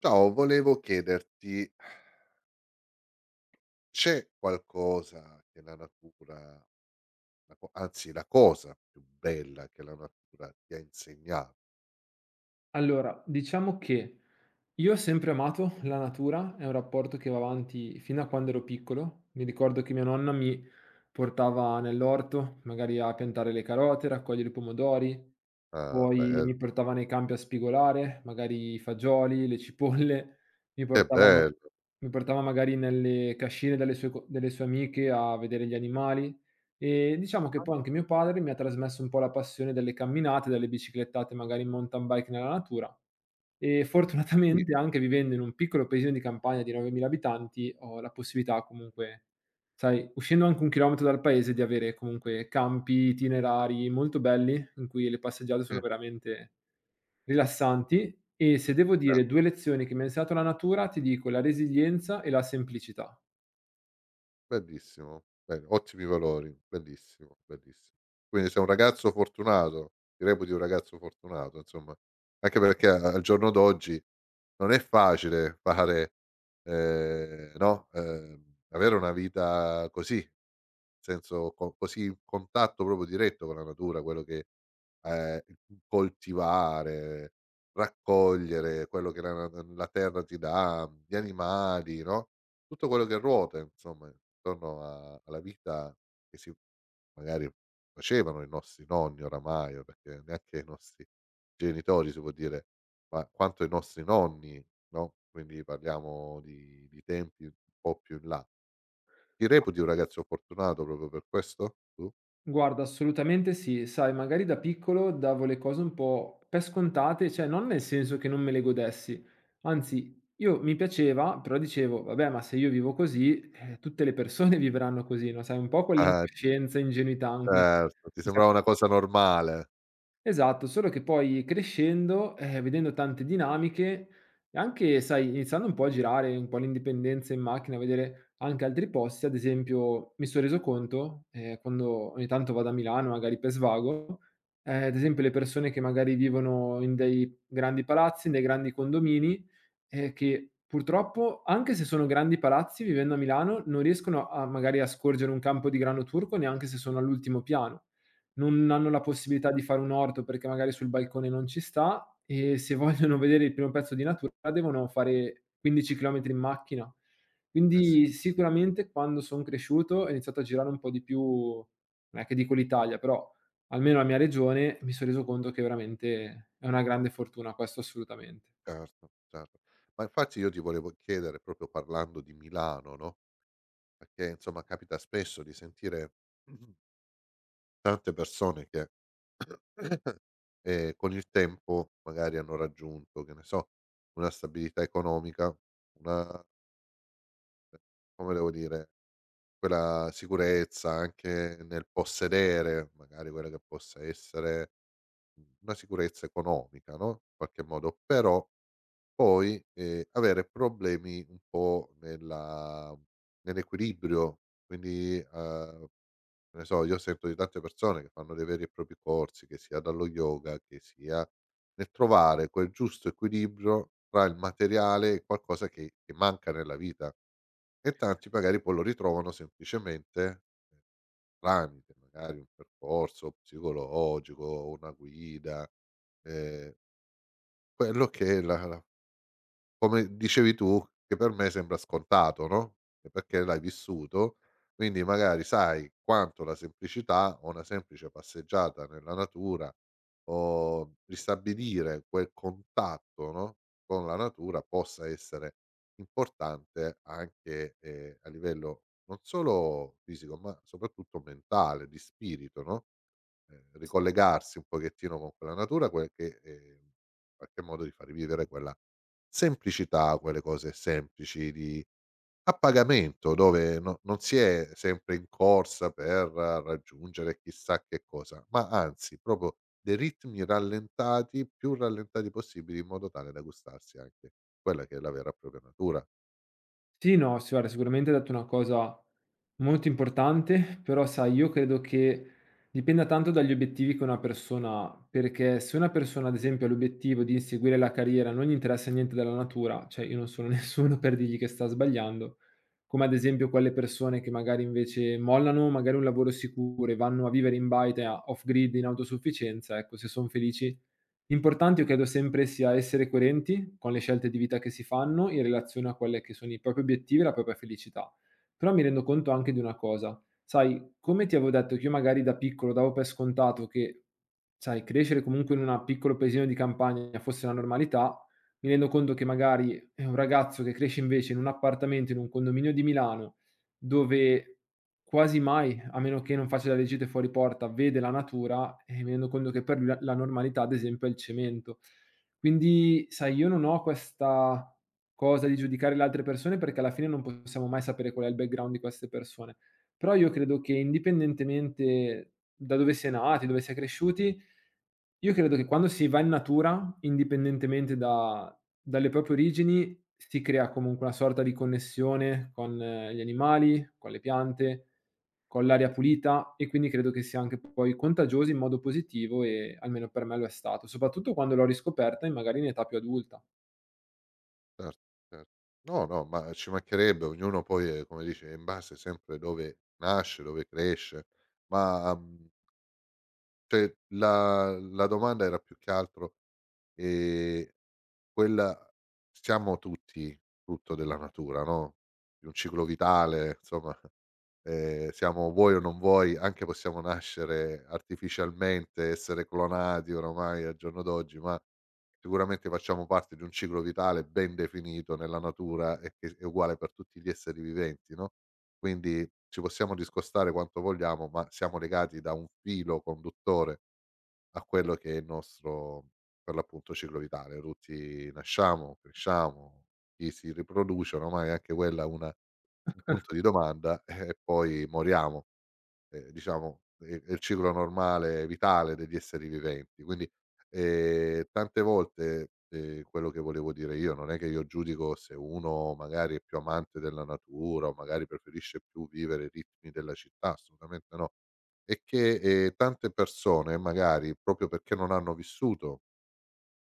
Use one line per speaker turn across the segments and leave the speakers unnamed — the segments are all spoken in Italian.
Ciao, volevo chiederti, c'è qualcosa che la natura, anzi la cosa più bella che la natura ti ha insegnato?
Allora, diciamo che io ho sempre amato la natura, è un rapporto che va avanti fino a quando ero piccolo. Mi ricordo che mia nonna mi portava nell'orto, magari a piantare le carote, raccogliere i pomodori,
Ah,
poi
bello,
mi portava nei campi a spigolare, magari i fagioli, le cipolle, mi
che
portava,
bello,
mi portava magari nelle cascine delle sue, delle sue amiche a vedere gli animali. E diciamo che poi anche mio padre mi ha trasmesso un po' la passione delle camminate, delle biciclettate, magari in mountain bike nella natura. E
sì,
fortunatamente, anche vivendo in un piccolo paesino di campagna di 9.000 abitanti, ho la possibilità comunque, sai, uscendo anche 1 chilometro dal paese, di avere comunque campi, itinerari molto belli, in cui le passeggiate sono
sì,
veramente rilassanti. E se devo
eh,
dire 2 lezioni che mi ha insegnato la natura, ti dico la resilienza e la semplicità.
bellissimo, bello, ottimi valori, bellissimo, bellissimo. Quindi sei un ragazzo fortunato, ti reputi un ragazzo fortunato, insomma, anche perché al giorno d'oggi non è facile fare, no, avere una vita così. Senso co così in contatto proprio diretto con la natura, quello che ehm, coltivare, raccogliere, quello che la terra ti dà, gli animali, no, tutto quello che ruota insomma intorno a alla vita che si magari facevano i nostri nonni oramai, o perché neanche i nostri genitori si può dire, ma quanto i nostri nonni, no, quindi parliamo di tempi un po' più in là. Ti reputi un ragazzo fortunato proprio per questo, tu?
Guarda, assolutamente sì. Sai, magari da piccolo davo le cose un po' per scontate, cioè non nel senso che non me le godessi, anzi, io mi piaceva, però dicevo, vabbè, ma se io vivo così, tutte le persone vivranno così, no? Sai, un po'
Eh,
quell'incoscienza, ingenuità anche,
certo, ti
che sai
sembrava una cosa normale.
esatto, solo che poi crescendo, vedendo tante dinamiche e anche, sai, iniziando un po' a girare, un po' l'indipendenza in macchina, a vedere anche altri posti, ad esempio mi son reso conto, quando ogni tanto vado a Milano magari per svago, ad esempio, le persone che magari vivono in dei grandi palazzi, in dei grandi condomini, che purtroppo, anche se sono grandi palazzi, vivendo a Milano, non riescono a magari a scorgere un campo di grano turco neanche se sono all'ultimo piano. Non hanno la possibilità di fare un orto perché magari sul balcone non ci sta e se vogliono vedere il primo pezzo di natura devono fare 15 chilometri in macchina.
Eh sì,
Quindi sicuramente, quando son cresciuto e ho iniziato a girare un po' di più, non è che dico l'Italia, però almeno la mia regione, mi son reso conto che veramente è una grande fortuna questo, assolutamente.
certo, certo. Ma infatti io ti volevo chiedere, proprio parlando di Milano, no, perché insomma capita spesso di sentire tante persone che, con il tempo magari hanno raggiunto, che ne so, una stabilità economica, una come devo dire, quella sicurezza anche nel possedere magari quella che possa essere una sicurezza economica, no, in qualche modo, però poi, avere problemi un po' nella nell'equilibrio, quindi, che ne so, io sento di tante persone che fanno dei veri e propri corsi, che sia dallo yoga, che sia nel trovare quel giusto equilibrio tra il materiale e qualcosa che manca nella vita e tanti magari poi lo ritrovano semplicemente tramite magari un percorso psicologico, una guida, ehm, quello che è la come dicevi tu, che per me sembra scontato, no, e perché l'hai vissuto, quindi magari sai quanto la semplicità o una semplice passeggiata nella natura o ristabilire quel contatto, no, con la natura possa essere importante anche, a livello non solo fisico, ma soprattutto mentale, di spirito, no? Ricollegarsi un pochettino con quella natura, quel che, in qualche modo di far rivivere quella semplicità, quelle cose semplici di a pagamento, dove no non si è sempre in corsa per raggiungere chissà che cosa, ma anzi proprio dei ritmi rallentati, più rallentati possibili, in modo tale da gustarsi anche quella che è la vera e propria natura.
Sì, no, sì, guarda, sicuramente hai detto una cosa molto importante, però sai, io credo che dipenda tanto dagli obiettivi che una persona ha, perché se una persona, ad esempio, ha l'obiettivo di inseguire la carriera, non gli interessa niente della natura, cioè io non sono nessuno per dirgli che sta sbagliando, come ad esempio quelle persone che magari invece mollano magari un lavoro sicuro e vanno a vivere in baita off-grid in autosufficienza, ecco, se sono felici. Importante io credo sempre sia essere coerenti con le scelte di vita che si fanno in relazione a quelle che sono i propri obiettivi e la propria felicità. Però mi rendo conto anche di una cosa, sai, come ti avevo detto, che io magari da piccolo davo per scontato che, sai, crescere comunque in una piccolo paesino di campagna fosse la normalità, mi rendo conto che magari, un ragazzo che cresce invece in un appartamento, in un condominio di Milano, dove quasi mai, a meno che non faccia la legge fuori porta, vede la natura, e mi rendo conto che per lui la normalità, ad esempio, è il cemento. Quindi, sai, io non ho questa cosa di giudicare le altre persone, perché alla fine non possiamo mai sapere qual è il background di queste persone. Però io credo che indipendentemente da dove si è nati, dove si è cresciuti, io credo che quando si va in natura, indipendentemente da dalle proprie origini, si crea comunque una sorta di connessione con gli animali, con le piante, con l'aria pulita, e quindi credo che sia anche poi contagioso in modo positivo, e almeno per me lo è stato, soprattutto quando l'ho riscoperta e magari in età più adulta.
Certo, cer no, no, ma ci mancherebbe, ognuno poi è come dici, è in base sempre dove nasce, dove cresce, ma, cioè la domanda era più che altro, ehm, quella siamo tutti frutto della natura, no, di un ciclo vitale, insomma siamo vuoi o non vuoi, anche possiamo nascere artificialmente, essere clonati oramai al giorno d'oggi, ma sicuramente facciamo parte di un ciclo vitale ben definito nella natura e che è uguale per tutti gli esseri viventi, no, quindi ci possiamo discostare quanto vogliamo, ma siamo legati da un filo conduttore a quello che è il nostro, per l'appunto, ciclo vitale. Tutti nasciamo, cresciamo, chi si riproduce, oramai anche quella è una un punto di domanda, e poi moriamo. Ehm, diciamo, è il ciclo normale vitale degli esseri viventi. Quindi, tante volte, quello che volevo dire io, non è che io giudico se uno magari è più amante della natura o magari preferisce più vivere i ritmi della città, assolutamente no. È che, tante persone magari, proprio perché non hanno vissuto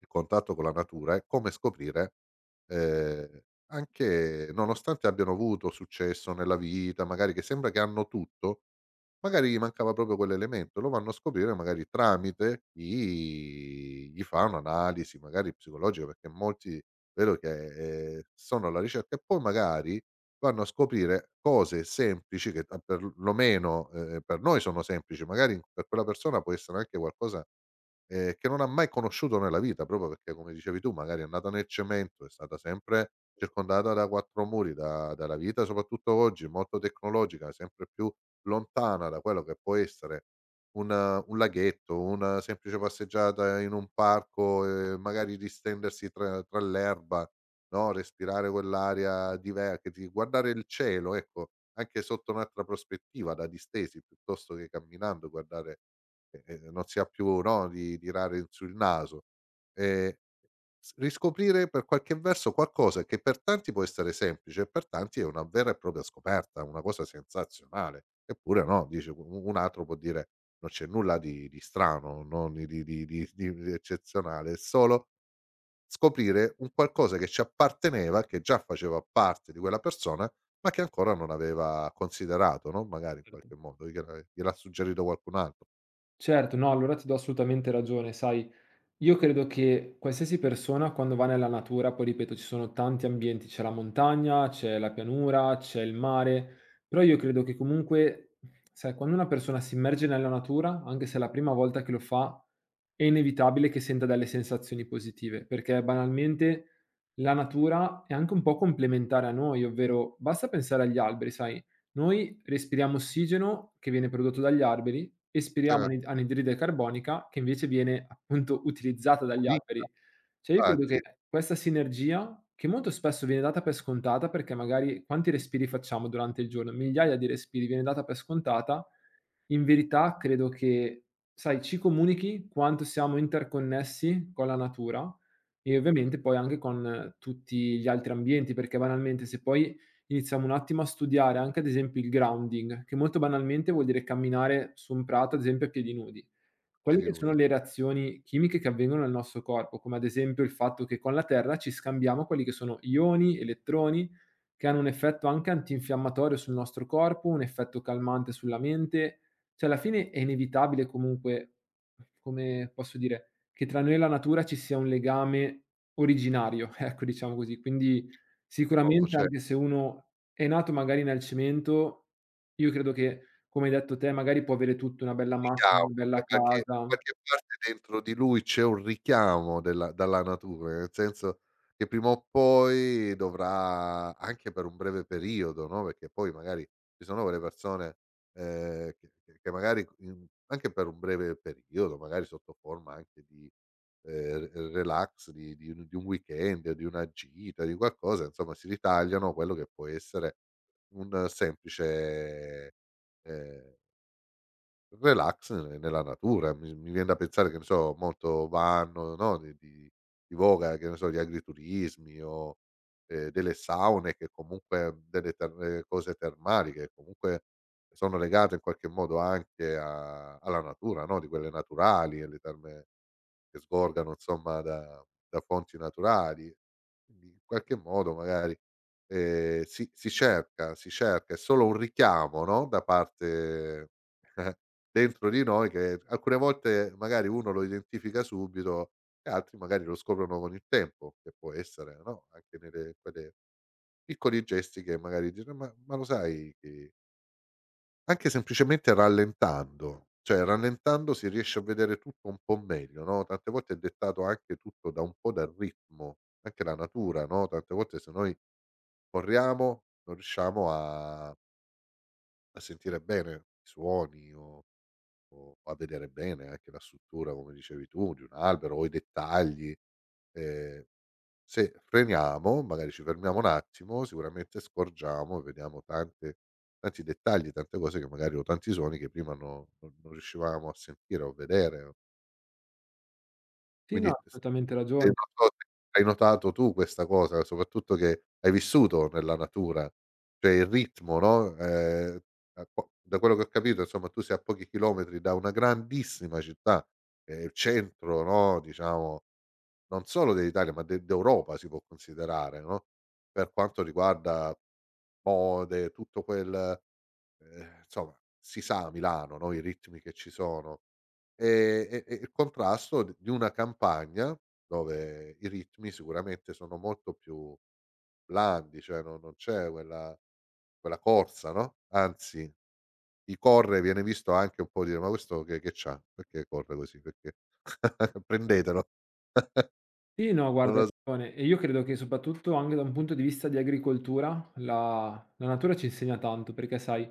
il contatto con la natura, è come scoprire, ehm, anche nonostante abbiano avuto successo nella vita, magari che sembra che hanno tutto. Magari gli mancava proprio quell'elemento, lo vanno a scoprire magari tramite chi gli fa un'analisi magari psicologica, perché molti vedo che, sono alla ricerca e poi magari vanno a scoprire cose semplici che a perlomeno, per noi sono semplici, magari per quella persona può essere anche qualcosa che non ha mai conosciuto nella vita, proprio perché come dicevi tu magari è nata nel cemento, è stata sempre circondata da 4 muri, da dalla vita soprattutto oggi molto tecnologica, sempre più lontana da quello che può essere un laghetto, una semplice passeggiata in un parco e magari distendersi tra l'erba, no, respirare quell'aria diver che ti guardare il cielo, ecco, anche sotto un'altra prospettiva da distesi piuttosto che camminando guardare e non si ha più, no, di tirare su il naso. Ehm, s riscoprire per qualche verso qualcosa che per tanti può essere semplice, per tanti è una vera e propria scoperta, una cosa sensazionale. Eppure no, dice u u un altro può dire: "Non c'è nulla di strano, non di eccezionale, è solo scoprire un qualcosa che ci apparteneva, che già faceva parte di quella persona, ma che ancora non aveva considerato", no, magari in
Certo.
qualche modo, gliel'ha suggerito qualcun altro.
Certo, no, allora ti do assolutamente ragione, sai. Io credo che qualsiasi persona, quando va nella natura, poi ripeto, ci sono tanti ambienti, c'è la montagna, c'è la pianura, c'è il mare, però io credo che comunque, sai, quando una persona si immerge nella natura, anche se è la prima volta che lo fa, è inevitabile che senta delle sensazioni positive, perché banalmente la natura è anche un po' complementare a noi, ovvero basta pensare agli alberi, sai, noi respiriamo ossigeno che viene prodotto dagli alberi, espiriamo
Cioè.
anidride carbonica che invece viene appunto utilizzata dagli alberi. Cioè io credo
Infatti,
che questa sinergia, che molto spesso viene data per scontata, perché magari quanti respiri facciamo durante il giorno? Migliaia di respiri, viene data per scontata. In verità credo che, sai, ci comunichi quanto siamo interconnessi con la natura e
a
ovviamente poi anche con tutti gli altri ambienti, perché banalmente se poi iniziamo un attimo a studiare, anche ad esempio, il grounding, che molto banalmente vuol dire camminare su un prato, ad esempio a piedi nudi. Quelle
piedi
che sono
nudi.
le reazioni chimiche che avvengono nel nostro corpo, come ad esempio il fatto che con la terra ci scambiamo quelli che sono ioni, elettroni, che hanno un effetto anche antinfiammatorio sul nostro corpo, un effetto calmante sulla mente. Cioè alla fine è inevitabile comunque, come posso dire, che tra noi e la natura ci sia un legame originario, ecco, diciamo così. Quindi
No, no,
sicuramente
ce
anche se uno è nato magari nel cemento, io credo che, come hai detto te, magari può avere tutto, una bella macchina,
richiamo,
una
da
bella
qualche da
casa.
qualche parte dentro di lui c'è un richiamo della dalla natura, nel senso che prima o poi dovrà anche per un breve periodo, no, perché poi magari ci sono quelle persone, che magari in anche per un breve periodo, magari sotto forma anche di, re relax, di un weekend, di una gita, di qualcosa, insomma si ritagliano quello che può essere un semplice, ehm relax ne nella natura, mi vien da pensare, che ne so, molto vanno, no, di voga, che ne so, gli agriturismi o, delle saune che comunque delle ter cose termali che comunque sono legate in qualche modo anche a alla natura, no, di quelle naturali e le terme che sgorgano insomma da fonti naturali. Quindi in qualche modo magari, si cerca, è solo un richiamo, no, da parte dentro di noi che alcune volte magari uno lo identifica subito e altri magari lo scoprono con il tempo, che può essere, no, anche nelle quelle piccoli gesti che magari dice: ma lo sai che". Anche semplicemente rallentando, cioè rallentando si riesce a vedere tutto un po' meglio, no, tante volte è dettato anche tutto da un po' dal ritmo, anche la natura, no, tante volte se noi corriamo non riusciamo a sentire bene i suoni o a vedere bene anche la struttura, come dicevi tu, di un albero o i dettagli. Ehm se freniamo, magari ci fermiamo un attimo, sicuramente scorgiamo e vediamo tante tanti dettagli, tante cose che magari o tanti suoni che prima no non riuscivamo a sentire o vedere.
Sì, no,
Quindi
hai
s
perfettamente
e non
ragione.
so se hai notato tu questa cosa, soprattutto che hai vissuto nella natura, cioè il ritmo, no, a po da quello che ho capito insomma tu sei a pochi chilometri da una grandissima città, il centro, no, diciamo non solo dell'Italia, ma de d'Europa si può considerare, no, per quanto riguarda mode, tutto quel insomma si sa a Milano, no, i ritmi che ci sono. E il contrasto d di una campagna dove i ritmi sicuramente sono molto più blandi, cioè no non c'è quella corsa, no, anzi chi corre viene visto anche un po' dire: "Ma questo che c'ha? Perché corre così? Perché prendetelo."
Sì, no,
Non
guarda,
lo
hai
sa.
ragione. E io credo che soprattutto anche da un punto di vista di agricoltura, la natura ci insegna tanto, perché sai,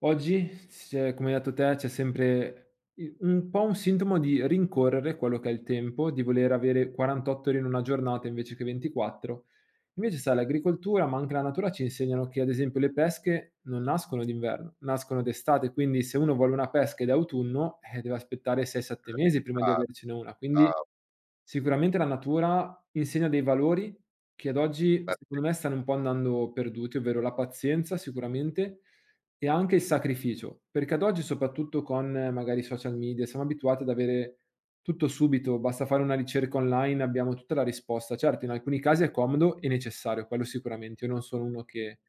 oggi, s come hai detto te, c'è sempre i un po' un sintomo di rincorrere quello che è il tempo, di voler avere 48 ore in una giornata invece che 24. Invece sai, l'agricoltura, ma anche la natura, ci insegnano che, ad esempio, le pesche non nascono d'inverno, nascono d'estate, quindi se uno vuole una pesca ed è autunno, deve aspettare 6, 7 mesi prima di avercene una. Quindi sicuramente la natura insegna dei valori che ad oggi, secondo me, stanno un po' andando perduti, ovvero la pazienza sicuramente, e anche il sacrificio, perché ad oggi, soprattutto con magari i social media, siamo abituati ad avere tutto subito, basta fare una ricerca online, abbiamo tutta la risposta. Certo, in alcuni casi è comodo e necessario, quello sicuramente. Io non sono uno che,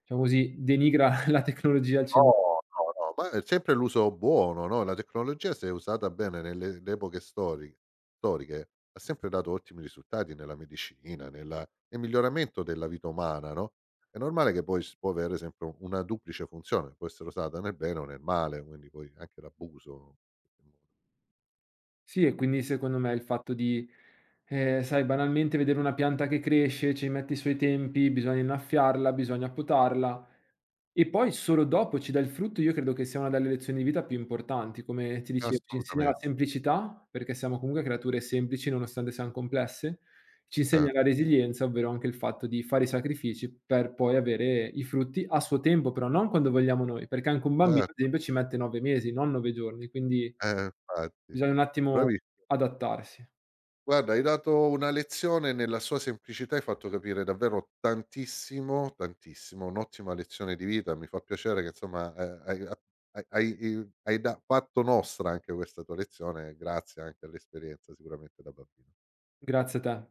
diciamo così, denigra la tecnologia al cen
No, no, no, ma è sempre l'uso buono, no, la tecnologia se è usata bene nelle le epoche storiche ha sempre dato ottimi risultati nella medicina, nel miglioramento della vita umana, no, è normale che poi s può avere sempre u una duplice funzione, può essere usata nel bene o nel male, quindi poi anche l'abuso
Sì, e quindi secondo me il fatto di, sai, banalmente vedere una pianta che cresce, ci metti i suoi tempi, bisogna innaffiarla, bisogna potarla, e poi solo dopo ci dà il frutto, io credo che sia una delle lezioni di vita più importanti. Come ti dicevo, ci insegna la
assolutamente,
semplicità, perché siamo comunque creature semplici nonostante siam complesse, ci insegna la
certo,
resilienza, ovvero anche il fatto di fare i sacrifici per poi avere i frutti a suo tempo, però non quando vogliamo noi, perché anche un bambino,
certo,
ad esempio, ci mette 9 mesi, non 9 giorni, quindi
eh infatti.
bisogna un attimo
Bravi.
adattarsi.
Guarda, hai dato una lezione nella sua semplicità, hai fatto capire davvero tantissimo, tantissimo, un'ottima lezione di vita. Mi fa piacere che insomma hai, fatto nostra anche questa tua lezione, grazie anche all'esperienza sicuramente da bambino.
Grazie a te.